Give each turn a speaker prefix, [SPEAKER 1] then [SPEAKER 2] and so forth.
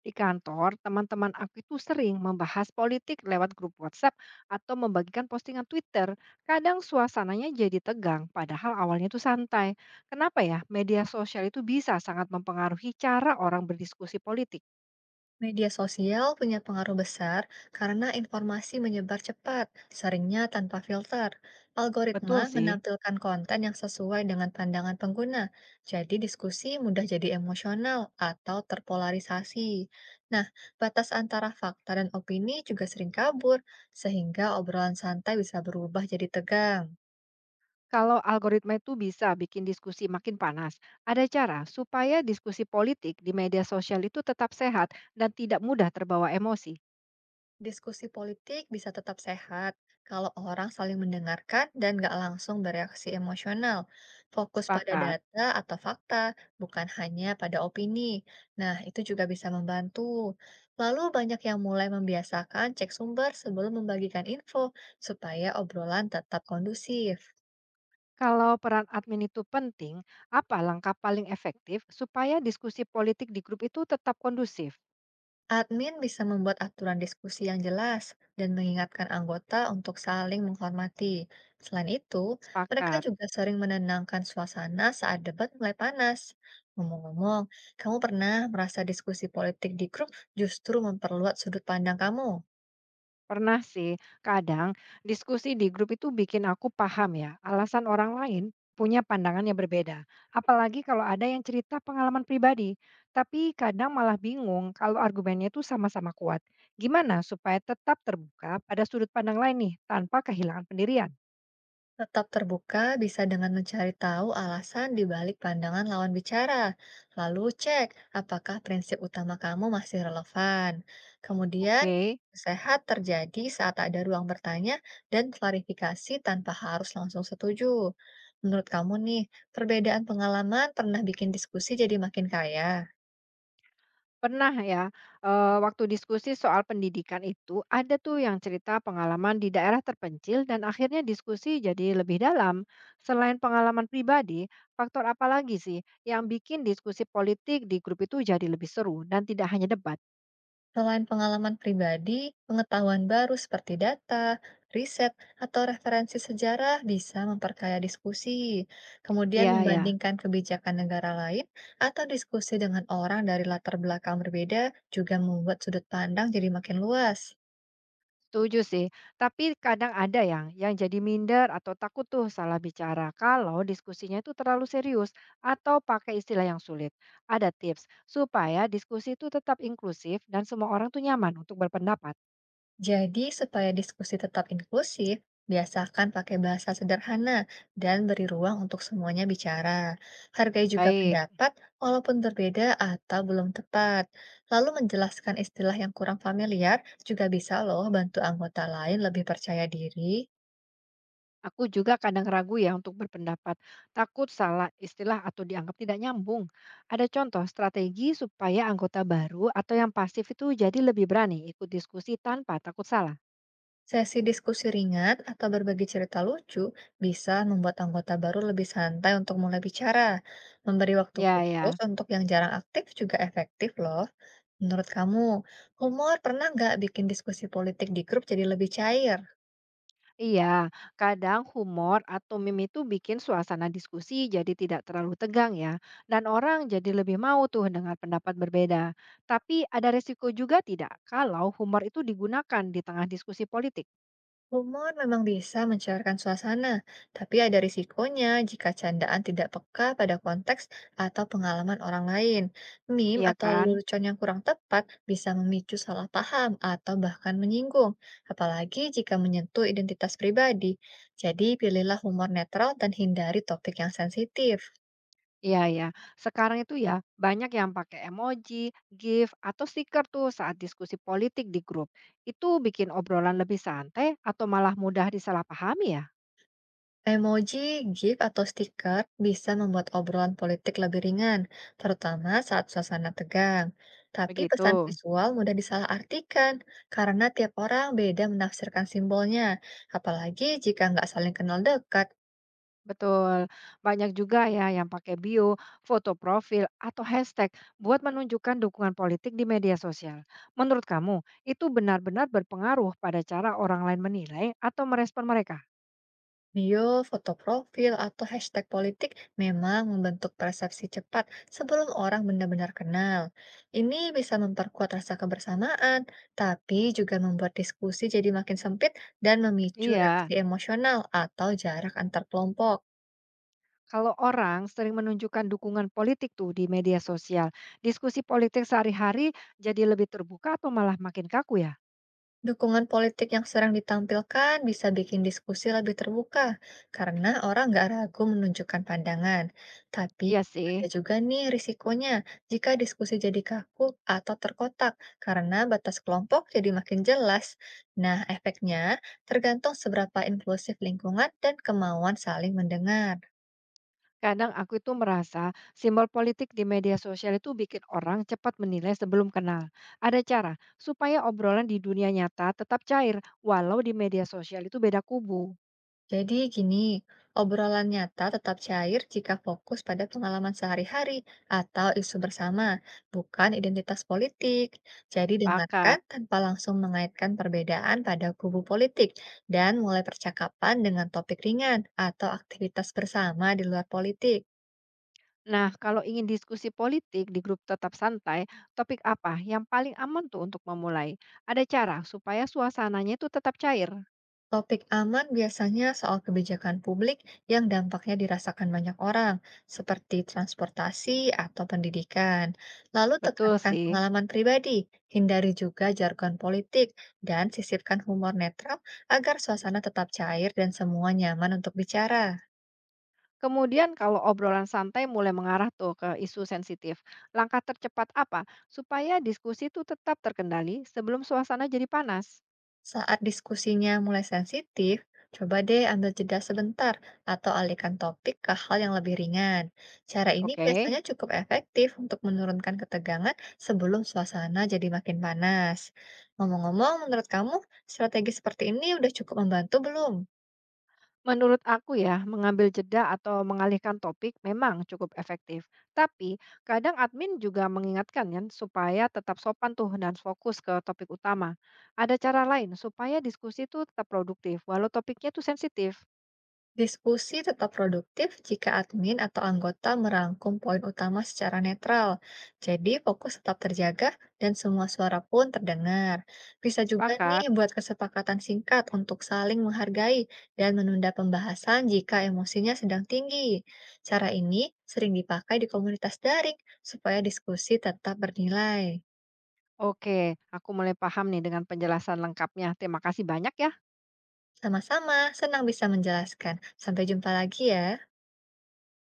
[SPEAKER 1] Di kantor, teman-teman aku itu sering membahas politik lewat grup WhatsApp atau membagikan postingan Twitter. Kadang suasananya jadi tegang, padahal awalnya itu santai. Kenapa ya? Media sosial itu bisa sangat mempengaruhi cara orang berdiskusi politik.
[SPEAKER 2] Media sosial punya pengaruh besar karena informasi menyebar cepat, seringnya tanpa filter. Algoritma
[SPEAKER 1] Betul sih.
[SPEAKER 2] menampilkan konten yang sesuai dengan pandangan pengguna, jadi diskusi mudah jadi emosional atau terpolarisasi. Nah, batas antara fakta dan opini juga sering kabur, sehingga obrolan santai bisa berubah jadi tegang.
[SPEAKER 1] Kalau algoritma itu bisa bikin diskusi makin panas, ada cara supaya diskusi politik di media sosial itu tetap sehat dan tidak mudah terbawa emosi.
[SPEAKER 2] Diskusi politik bisa tetap sehat kalau orang saling mendengarkan dan nggak langsung bereaksi emosional. Fokus pada
[SPEAKER 1] Sepakat.
[SPEAKER 2] data atau fakta, bukan hanya pada opini. Nah, itu juga bisa membantu. Lalu banyak yang mulai membiasakan cek sumber sebelum membagikan info supaya obrolan tetap kondusif.
[SPEAKER 1] Kalau peran admin itu penting, apa langkah paling efektif supaya diskusi politik di grup itu tetap kondusif?
[SPEAKER 2] Admin bisa membuat aturan diskusi yang jelas dan mengingatkan anggota untuk saling menghormati. Selain itu, mereka
[SPEAKER 1] Sepakat.
[SPEAKER 2] juga sering menenangkan suasana saat debat mulai panas. Ngomong-ngomong, kamu pernah merasa diskusi politik di grup justru memperluas sudut pandang kamu?
[SPEAKER 1] Pernah sih, kadang diskusi di grup itu bikin aku paham ya, alasan orang lain punya pandangan yang berbeda. Apalagi kalau ada yang cerita pengalaman pribadi. Tapi kadang malah bingung kalau argumennya itu sama-sama kuat. Gimana supaya tetap terbuka pada sudut pandang lain nih, tanpa kehilangan pendirian?
[SPEAKER 2] Tetap terbuka bisa dengan mencari tahu alasan di balik pandangan lawan bicara, lalu cek apakah prinsip utama kamu masih relevan. Kemudian,
[SPEAKER 1] Oke.
[SPEAKER 2] sehat terjadi saat ada ruang bertanya dan klarifikasi tanpa harus langsung setuju. Menurut kamu nih, perbedaan pengalaman pernah bikin diskusi jadi makin kaya?
[SPEAKER 1] Pernah ya, waktu diskusi soal pendidikan itu, ada tuh yang cerita pengalaman di daerah terpencil dan akhirnya diskusi jadi lebih dalam. Selain pengalaman pribadi, faktor apa lagi sih yang bikin diskusi politik di grup itu jadi lebih seru dan tidak hanya debat?
[SPEAKER 2] Selain pengalaman pribadi, pengetahuan baru seperti data, riset, atau referensi sejarah bisa memperkaya diskusi. Kemudian
[SPEAKER 1] Iya, ya.
[SPEAKER 2] membandingkan kebijakan negara lain atau diskusi dengan orang dari latar belakang berbeda juga membuat sudut pandang jadi makin luas.
[SPEAKER 1] Setuju sih, tapi kadang ada yang jadi minder atau takut tuh salah bicara kalau diskusinya itu terlalu serius atau pakai istilah yang sulit. Ada tips supaya diskusi itu tetap inklusif dan semua orang tuh nyaman untuk berpendapat.
[SPEAKER 2] Jadi, supaya diskusi tetap inklusif, biasakan pakai bahasa sederhana dan beri ruang untuk semuanya bicara. Hargai juga
[SPEAKER 1] Baik,
[SPEAKER 2] pendapat, walaupun berbeda atau belum tepat. Lalu menjelaskan istilah yang kurang familiar juga bisa loh bantu anggota lain lebih percaya diri.
[SPEAKER 1] aku juga kadang ragu ya untuk berpendapat, takut salah istilah atau dianggap tidak nyambung. Ada contoh strategi supaya anggota baru atau yang pasif itu jadi lebih berani ikut diskusi tanpa takut salah.
[SPEAKER 2] Sesi diskusi ringan atau berbagi cerita lucu bisa membuat anggota baru lebih santai untuk mulai bicara. Memberi waktu
[SPEAKER 1] Ya,
[SPEAKER 2] khusus
[SPEAKER 1] ya.
[SPEAKER 2] untuk yang jarang aktif juga efektif loh. Menurut kamu, humor pernah nggak bikin diskusi politik di grup jadi lebih cair?
[SPEAKER 1] Iya, kadang humor atau meme itu bikin suasana diskusi jadi tidak terlalu tegang ya, dan orang jadi lebih mau tuh dengan pendapat berbeda. Tapi ada resiko juga tidak kalau humor itu digunakan di tengah diskusi politik,
[SPEAKER 2] Humor memang bisa mencairkan suasana, tapi ada risikonya jika candaan tidak peka pada konteks atau pengalaman orang lain. Meme
[SPEAKER 1] iya
[SPEAKER 2] atau
[SPEAKER 1] kan?
[SPEAKER 2] lelucon yang kurang tepat bisa memicu salah paham atau bahkan menyinggung, apalagi jika menyentuh identitas pribadi. Jadi, pilihlah humor netral dan hindari topik yang sensitif.
[SPEAKER 1] Iya ya, sekarang itu ya banyak yang pakai emoji, GIF, atau stiker tuh saat diskusi politik di grup. Itu bikin obrolan lebih santai atau malah mudah disalahpahami ya?
[SPEAKER 2] Emoji, GIF, atau stiker bisa membuat obrolan politik lebih ringan, terutama saat suasana tegang. Tapi pesan
[SPEAKER 1] Begitu.
[SPEAKER 2] visual mudah disalahartikan karena tiap orang beda menafsirkan simbolnya, apalagi jika nggak saling kenal dekat.
[SPEAKER 1] Betul, banyak juga ya yang pakai bio, foto profil, atau hashtag buat menunjukkan dukungan politik di media sosial. Menurut kamu, itu benar-benar berpengaruh pada cara orang lain menilai atau merespon mereka?
[SPEAKER 2] Bio, foto profil, atau hashtag politik memang membentuk persepsi cepat sebelum orang benar-benar kenal. Ini bisa memperkuat rasa kebersamaan, tapi juga membuat diskusi jadi makin sempit dan memicu
[SPEAKER 1] Iya,
[SPEAKER 2] reaksi emosional atau jarak antar kelompok.
[SPEAKER 1] kalau orang sering menunjukkan dukungan politik tuh di media sosial, diskusi politik sehari-hari jadi lebih terbuka atau malah makin kaku ya?
[SPEAKER 2] Dukungan politik yang sering ditampilkan bisa bikin diskusi lebih terbuka karena orang nggak ragu menunjukkan pandangan. Tapi
[SPEAKER 1] Iya
[SPEAKER 2] ada
[SPEAKER 1] sih.
[SPEAKER 2] juga nih risikonya jika diskusi jadi kaku atau terkotak karena batas kelompok jadi makin jelas. Nah, efeknya tergantung seberapa inklusif lingkungan dan kemauan saling mendengar.
[SPEAKER 1] Kadang aku itu merasa simbol politik di media sosial itu bikin orang cepat menilai sebelum kenal. Ada cara supaya obrolan di dunia nyata tetap cair, walau di media sosial itu beda kubu.
[SPEAKER 2] Jadi gini, obrolan nyata tetap cair jika fokus pada pengalaman sehari-hari atau isu bersama, bukan identitas politik. Jadi dengarkan
[SPEAKER 1] Sepakat.
[SPEAKER 2] tanpa langsung mengaitkan perbedaan pada kubu politik dan mulai percakapan dengan topik ringan atau aktivitas bersama di luar politik.
[SPEAKER 1] Nah, kalau ingin diskusi politik di grup tetap santai, topik apa yang paling aman tuh untuk memulai? Ada cara supaya suasananya itu tetap cair.
[SPEAKER 2] Topik aman biasanya soal kebijakan publik yang dampaknya dirasakan banyak orang, seperti transportasi atau pendidikan. Lalu
[SPEAKER 1] Betul
[SPEAKER 2] tekankan
[SPEAKER 1] sih.
[SPEAKER 2] pengalaman pribadi, hindari juga jargon politik, dan sisipkan humor netral agar suasana tetap cair dan semua nyaman untuk bicara.
[SPEAKER 1] Kemudian kalau obrolan santai mulai mengarah tuh ke isu sensitif, langkah tercepat apa supaya diskusi itu tetap terkendali sebelum suasana jadi panas?
[SPEAKER 2] Saat diskusinya mulai sensitif, coba deh ambil jeda sebentar atau alihkan topik ke hal yang lebih ringan. Cara ini
[SPEAKER 1] Oke,
[SPEAKER 2] biasanya cukup efektif untuk menurunkan ketegangan sebelum suasana jadi makin panas. Ngomong-ngomong, menurut kamu strategi seperti ini udah cukup membantu belum?
[SPEAKER 1] menurut aku ya, mengambil jeda atau mengalihkan topik memang cukup efektif. Tapi kadang admin juga mengingatkan ya, supaya tetap sopan tuh dan fokus ke topik utama. Ada cara lain supaya diskusi itu tetap produktif walau topiknya itu sensitif.
[SPEAKER 2] Diskusi tetap produktif jika admin atau anggota merangkum poin utama secara netral. Jadi fokus tetap terjaga dan semua suara pun terdengar. Bisa juga nih
[SPEAKER 1] Sepakat.
[SPEAKER 2] buat kesepakatan singkat untuk saling menghargai dan menunda pembahasan jika emosinya sedang tinggi. Cara ini sering dipakai di komunitas daring supaya diskusi tetap bernilai.
[SPEAKER 1] Oke, aku mulai paham nih dengan penjelasan lengkapnya. Terima kasih banyak ya.
[SPEAKER 2] Sama-sama, senang bisa menjelaskan. Sampai jumpa lagi ya.